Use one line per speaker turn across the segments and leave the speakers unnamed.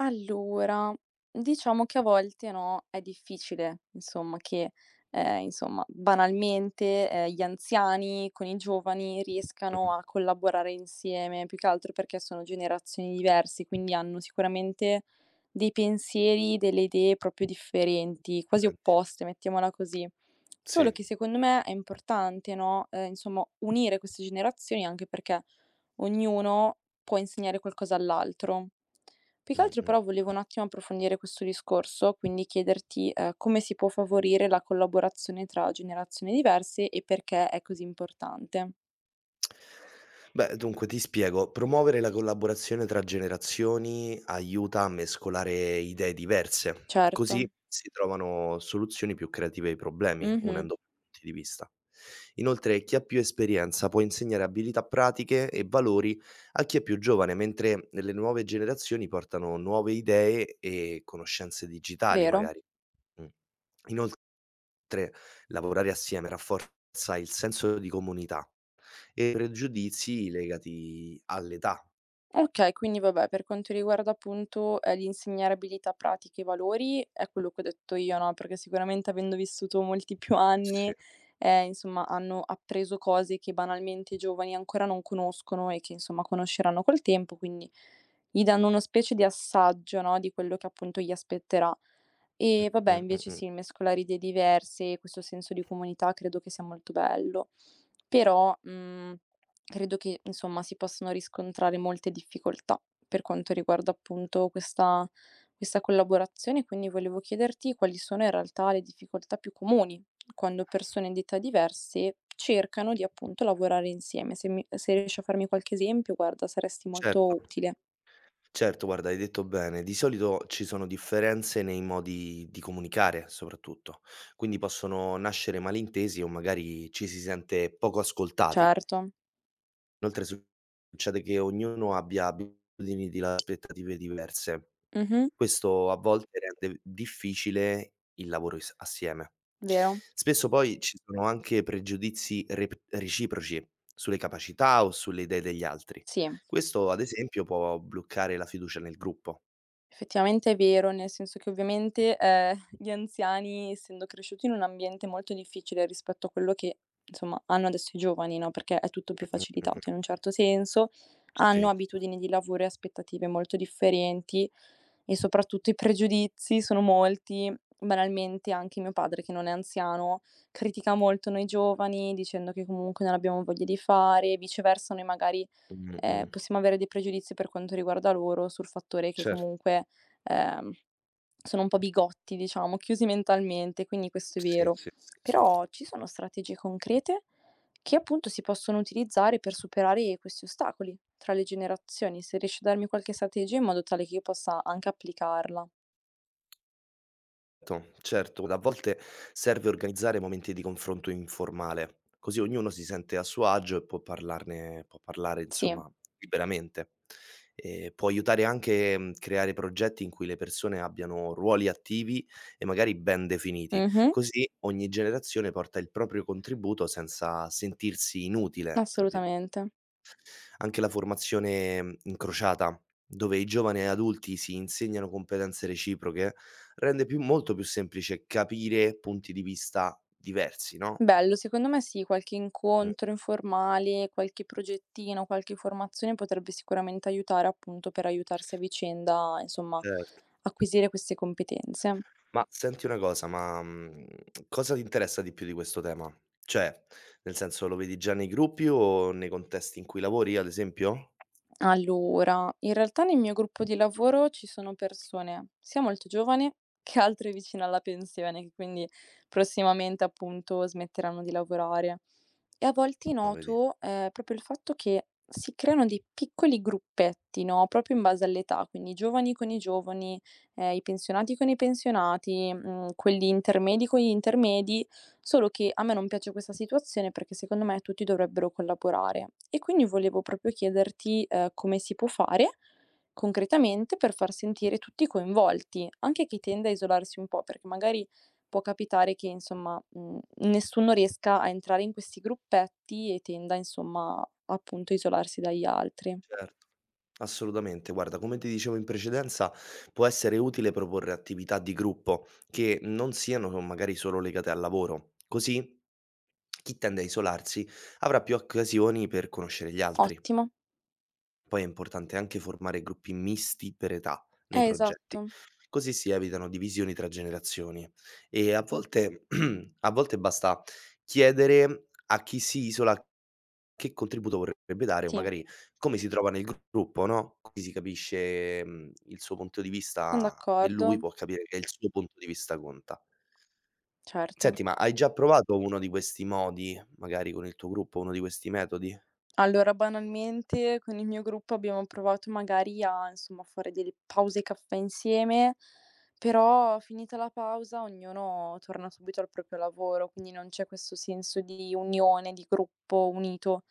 Allora, diciamo che a volte, no, è difficile, insomma, che, insomma, banalmente, gli anziani con i giovani riescano
Mh-mh,
a collaborare insieme, più che altro perché sono generazioni diverse, quindi hanno sicuramente dei pensieri, delle idee proprio differenti, quasi
grandi.
opposte, mettiamola così. Solo
Sì,
che secondo me è importante, no, insomma, unire queste generazioni anche perché ognuno può insegnare qualcosa all'altro. Più che altro però
mh-mh.
volevo un attimo approfondire questo discorso, quindi chiederti, come si può favorire la collaborazione tra generazioni diverse e perché è così importante.
Beh, dunque ti spiego, promuovere la collaborazione tra generazioni aiuta a mescolare idee diverse,
Certo.
così si trovano soluzioni più creative ai problemi,
Mh-mh.
unendo punti di vista. Inoltre, chi ha più esperienza può insegnare abilità pratiche e valori a chi è più giovane, mentre le nuove generazioni portano nuove idee e conoscenze digitali
Vero.
magari. Mh. Inoltre Tre, lavorare assieme rafforza il senso di comunità e pregiudizi legati all'età.
Okay, quindi vabbè, per quanto riguarda appunto, l'insegnare abilità pratiche e valori, è quello che ho detto io, no, perché sicuramente avendo vissuto molti più
Sì.
anni, insomma hanno appreso cose che banalmente i giovani ancora non conoscono e che insomma conosceranno col tempo, quindi gli danno una specie di assaggio, no, di quello che appunto gli aspetterà. E vabbè,
Mh, mh,
invece
mh.
sì, mescolare idee diverse, questo senso di comunità credo che sia molto bello. Però, mhmm credo che, insomma, si possano riscontrare molte difficoltà per quanto riguarda appunto questa collaborazione, quindi volevo chiederti quali sono in realtà le difficoltà più comuni quando persone di età diverse cercano di appunto lavorare insieme. Se mi se riesci a farmi qualche esempio, guarda, saresti molto
Certo.
utile.
Certo, guarda, hai detto bene. Di solito ci sono differenze nei modi di comunicare soprattutto, quindi possono nascere malintesi o magari ci si sente poco ascoltati.
Certo.
Inoltre succede che ognuno abbia abitudini di la aspettative diverse.
Mh-mh.
Questo a volte rende difficile il lavoro is assieme.
Vero.
Spesso poi ci sono anche pregiudizi rep reciproci sulle capacità o sulle idee degli altri.
Sì.
Questo ad esempio può bloccare la fiducia nel gruppo.
Effettivamente è vero, nel senso che ovviamente, gli anziani essendo cresciuti in un ambiente molto difficile rispetto a quello che, insomma, hanno adesso i giovani, no, perché è tutto più
Mh-mh,
facilitato in
mh-mh.
un certo senso, hanno
Sì.
abitudini di lavoro e aspettative molto differenti e soprattutto i pregiudizi sono molti. Banalmente anche mio padre, che non è anziano, critica molto noi giovani dicendo che comunque non abbiamo voglia di fare, e viceversa noi magari
Mh-mh.
possiamo avere dei pregiudizi per quanto riguarda loro sul fattore che
Certo.
comunque, ehm, sono un po' bigotti, diciamo, chiusi mentalmente, quindi questo è
Sì,
vero.
sì, sì, sì.
Però ci sono strategie concrete che appunto si possono utilizzare per superare questi ostacoli tra le generazioni. Se riesci a darmi qualche strategia in modo tale che io possa anche applicarla.
To Certo, a volte serve organizzare momenti di confronto informale, così ognuno si sente a suo agio e può parlare
Sì.
insomma liberamente. Può aiutare anche, creare progetti in cui le persone abbiano ruoli attivi e magari ben definiti,
Mh-mh.
così ogni generazione porta il proprio contributo senza sentirsi "inutile". tra virgo
Assolutamente.
anche la formazione, incrociata, dove i giovani e adulti si insegnano competenze reciproche, rende più molto più semplice capire punti di vista diversi, no,
Bello, secondo me sì, qualche
mh,
incontro informale, qualche progettino, qualche formazione potrebbe sicuramente aiutare, appunto, per aiutarsi a vicenda, insomma,
certo.
acquisire queste competenze.
Ma senti una cosa, cosa ti interessa di più di questo tema? Cioè, nel senso, lo vedi già nei gruppi o nei contesti in cui lavori, ad esempio?
Allora, in realtà nel mio gruppo di lavoro ci sono persone sia molto giovani che altre vicine alla pensione, che quindi prossimamente appunto smetteranno di lavorare. E a volte
Ah, vedi.
noto proprio il fatto che si creano dei piccoli gruppetti, no? Proprio in base all'età, quindi i giovani con i giovani, i pensionati con i pensionati, mm, quelli intermedi con gli intermedi. Solo che a me non piace questa situazione perché secondo me tutti dovrebbero collaborare e quindi volevo proprio chiederti, come si può fare concretamente per far sentire tutti coinvolti, anche chi tende a isolarsi un po', perché magari può capitare che insomma, nessuno riesca a entrare in questi gruppetti e tenda insomma, appunto, a isolarsi dagli altri.
Cer Assolutamente, guarda, come ti dicevo in precedenza, può essere utile proporre attività di gruppo che non siano magari solo legate al lavoro, così chi tende a isolarsi avrà più occasioni per conoscere gli altri.
Ottimo.
Poi è importante anche formare gruppi misti per età nei
Esatto.
progetti, così si evitano divisioni tra generazioni e a volte a volte basta chiedere a chi si isola che contributo vorrebbe dare o
Sì,
magari come si trova nel gruppo, no, così si capisce, il suo punto di
son
vista e
d'accordo.
lui può capire che il suo punto di vista conta.
Certo.
Senti, ma hai già provato uno di questi modi, magari con il tuo gruppo, uno di questi metodi?
Allora, banalmente con il mio gruppo abbiamo provato magari a, insomma, fare delle pause caffè insieme, però finita la pausa ognuno torna subito al proprio lavoro, quindi non c'è questo senso di unione, di gruppo unito.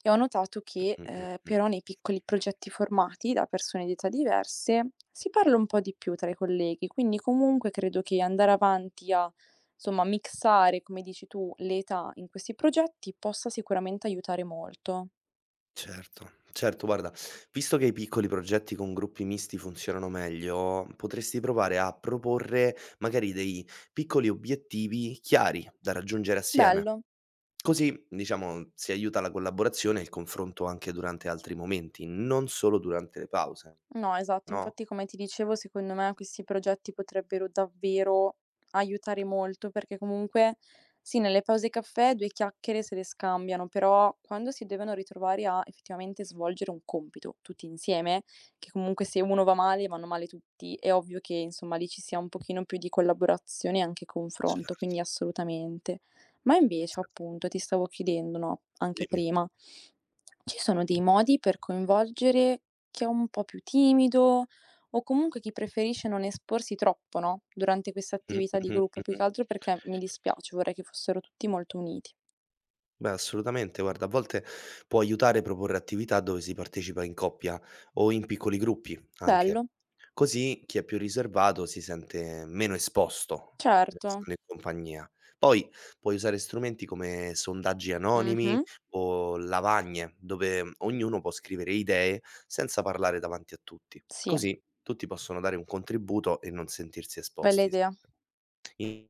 E ho notato che,
Mh, mh, mh.
però nei piccoli progetti formati da persone di età diverse si parla un po' di più tra i colleghi, quindi comunque credo che andare avanti a, insomma, mixare, come dici tu, le età in questi progetti possa sicuramente aiutare molto.
Certo, certo guarda, visto che i piccoli progetti con gruppi misti funzionano meglio, potresti provare a proporre magari dei piccoli obiettivi chiari da raggiungere assieme.
Bello.
Così, diciamo, si aiuta la collaborazione e il confronto anche durante altri momenti, non solo durante le pause,
No, esatto.
no?
Infatti, come ti dicevo, secondo me questi progetti potrebbero davvero aiutare molto, perché comunque sì, nelle pause caffè 2 chiacchiere se le scambiano, però quando si devono ritrovare a effettivamente svolgere un compito tutti insieme, che comunque se uno va male, vanno male tutti, è ovvio che insomma lì ci sia un pochino più di collaborazione e anche confronto,
Certo,
quindi assolutamente. Ma invece,
certo.
appunto, ti stavo chiedendo, no, anche
Dimmi.
prima, ci sono dei modi per coinvolgere chi è un po' più timido o comunque chi preferisce non esporsi troppo, no, durante questa
Mh,
attività di
mh-mh,
gruppo, più che
mh-mh.
altro perché mi dispiace, vorrei che fossero tutti molto uniti.
Beh, assolutamente. Guarda, a volte può aiutare a proporre attività dove si partecipa in coppia o in piccoli gruppi anche.
Bello,
Così chi è più riservato si sente meno esposto
certo.
restando in compagnia. Poi puoi usare strumenti come sondaggi anonimi
Mh-mh.
o lavagne, dove ognuno può scrivere idee senza parlare davanti a tutti.
Sì,
Così tutti possono dare un contributo e non sentirsi
bella
esposti.
idea.
I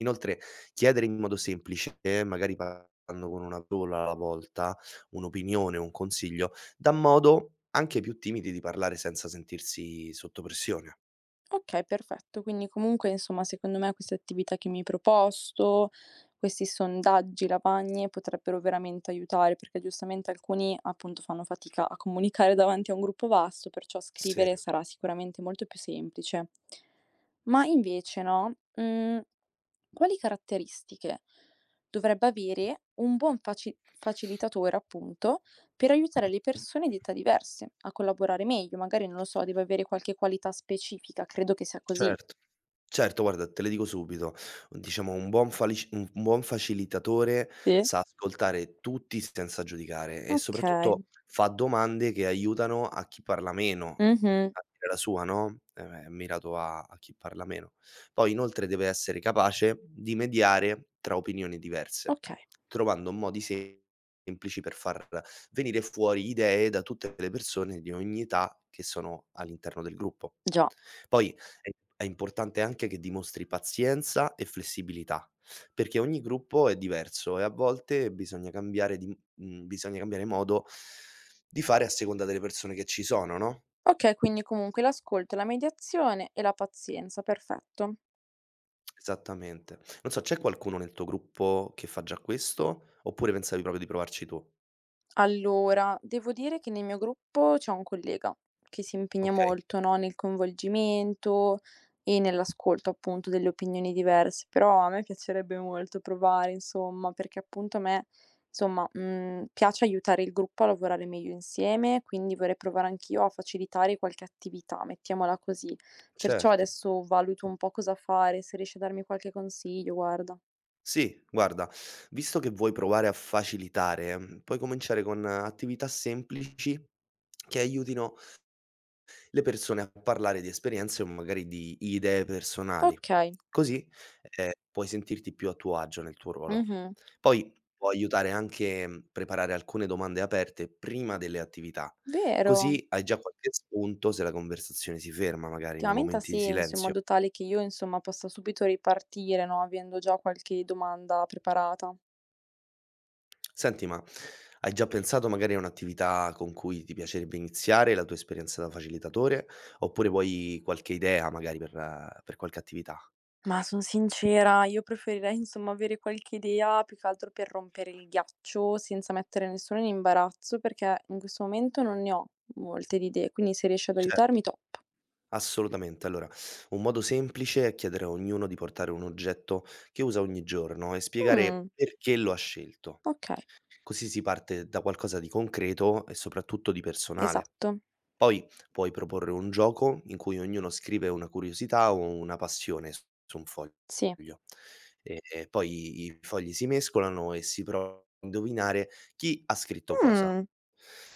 Inoltre chiedere in modo semplice, magari parlando con una sola alla volta, un'opinione, un consiglio, dà modo anche ai più timidi di parlare senza sentirsi sotto pressione.
Okay, perfetto. Quindi comunque, insomma, secondo me queste attività che mi hai proposto, questi sondaggi, lavagne, potrebbero veramente aiutare, perché giustamente alcuni, appunto, fanno fatica a comunicare davanti a un gruppo vasto, perciò
Sì.
scrivere sarà sicuramente molto più semplice. Ma invece no, quali caratteristiche dovrebbe avere un buon facilitatore, appunto, per aiutare le
Mh-mh.
persone di età diverse a collaborare meglio, magari non lo so, deve avere qualche qualità specifica, credo che sia così.
Certo. Certo, guarda, te le dico subito. Diciamo un buon facilitatore
Sì.
sa ascoltare tutti senza giudicare e soprattutto
Okay.
fa domande che aiutano a chi parla meno
Mh-mh.
a dire la sua, no, è mirato a chi parla meno. Poi inoltre deve essere capace di mediare tra opinioni diverse,
Okay,
trovando modi semplici per far venire fuori idee da tutte le persone di ogni età che sono all'interno del gruppo.
già.
Poi è è importante anche che dimostri pazienza e flessibilità, perché ogni gruppo è diverso e a volte bisogna cambiare modo di fare a seconda delle persone che ci sono, no,
Okay, quindi comunque l'ascolto, la mediazione e la pazienza, perfetto.
esattamente. Non so, c'è qualcuno nel tuo gruppo che fa già questo, oppure pensavi proprio di provarci tu?
Allora, devo dire che nel mio gruppo c'è un collega che si impegna
Okay,
molto, no, nel coinvolgimento e nell'ascolto appunto delle opinioni diverse, però a me piacerebbe molto provare, insomma, perché appunto a me, insomma, piace aiutare il gruppo a lavorare meglio insieme, quindi vorrei provare anch'io a facilitare qualche attività, mettiamola così. Perciò
certo.
adesso valuto un po' cosa fare, se riesci a darmi qualche consiglio, guarda.
Sì, guarda, visto che vuoi provare a facilitare, puoi cominciare con attività semplici che aiutino le persone a parlare di esperienze o magari di idee personali.
Ok,
Così, puoi sentirti più a tuo agio nel tuo ruolo.
mhm,
Poi può aiutare anche, preparare alcune domande aperte prima delle attività,
vero.
così hai già qualche spunto se la conversazione si ferma magari nei
Ultimamente ha
momenti di
senso, in
silenzio.
modo tale che io, insomma, possa subito ripartire, no, avendo già qualche domanda preparata.
Senti, ma hai già pensato magari a un'attività con cui ti piacerebbe iniziare la tua esperienza da facilitatore, oppure vuoi qualche idea magari per qualche attività?
Ma son sincera, io preferirei, insomma, avere qualche idea, più che altro per rompere il ghiaccio, senza mettere nessuno in imbarazzo, perché in questo momento non ne ho molte di idee, quindi se riesci ad
Cer
aiutarmi top.
Assolutamente. Allora, un modo semplice è chiedere a ognuno di portare un oggetto che usa ogni giorno e spiegare
Mh,
perché lo ha scelto.
okay,
Così si parte da qualcosa di concreto e soprattutto di personale.
esatto,
Poi puoi proporre un gioco in cui ognuno scrive una curiosità o una passione s su un foglio.
sì.
E poi i fogli si mescolano e si prova a indovinare chi ha scritto cosa.
Mh,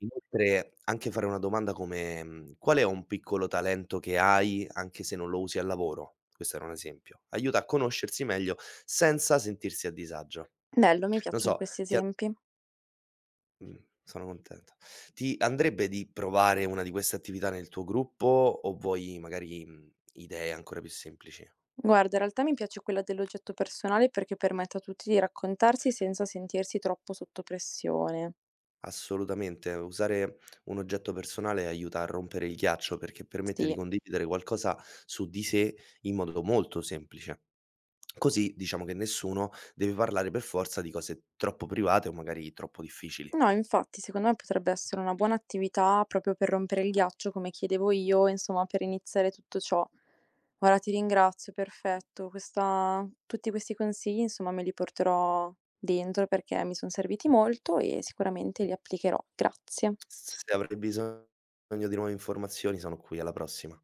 Inoltre, anche fare una domanda come, mhmm: "Qual è un piccolo talento che hai anche se non lo usi al lavoro?" Questo era un esempio. Aiuta a conoscersi meglio senza sentirsi a disagio.
bello, mi
Non
piacciono
so,
questi
ti ha
esempi.
Mh, sono contento. Ti andrebbe di provare una di queste attività nel tuo gruppo o vuoi magari, idee ancora più semplici?
Guarda, in realtà mi piace quella dell'oggetto personale perché permette a tutti di raccontarsi senza sentirsi troppo sotto pressione.
Assolutamente, usare un oggetto personale aiuta a rompere il ghiaccio, perché permette di
Sì,
condividere qualcosa su di sé in modo molto semplice. Così diciamo che nessuno deve parlare per forza di cose troppo private o magari troppo difficili.
no, infatti, secondo me potrebbe essere una buona attività proprio per rompere il ghiaccio, come chiedevo io, insomma, per iniziare tutto ciò. Ora ti ringrazio, perfetto. Questa... Tutti questi consigli, insomma, me li porterò dentro perché mi sono serviti molto e sicuramente li applicherò. Grazie.
Se avrai bisogno di nuove informazioni sono qui, alla prossima.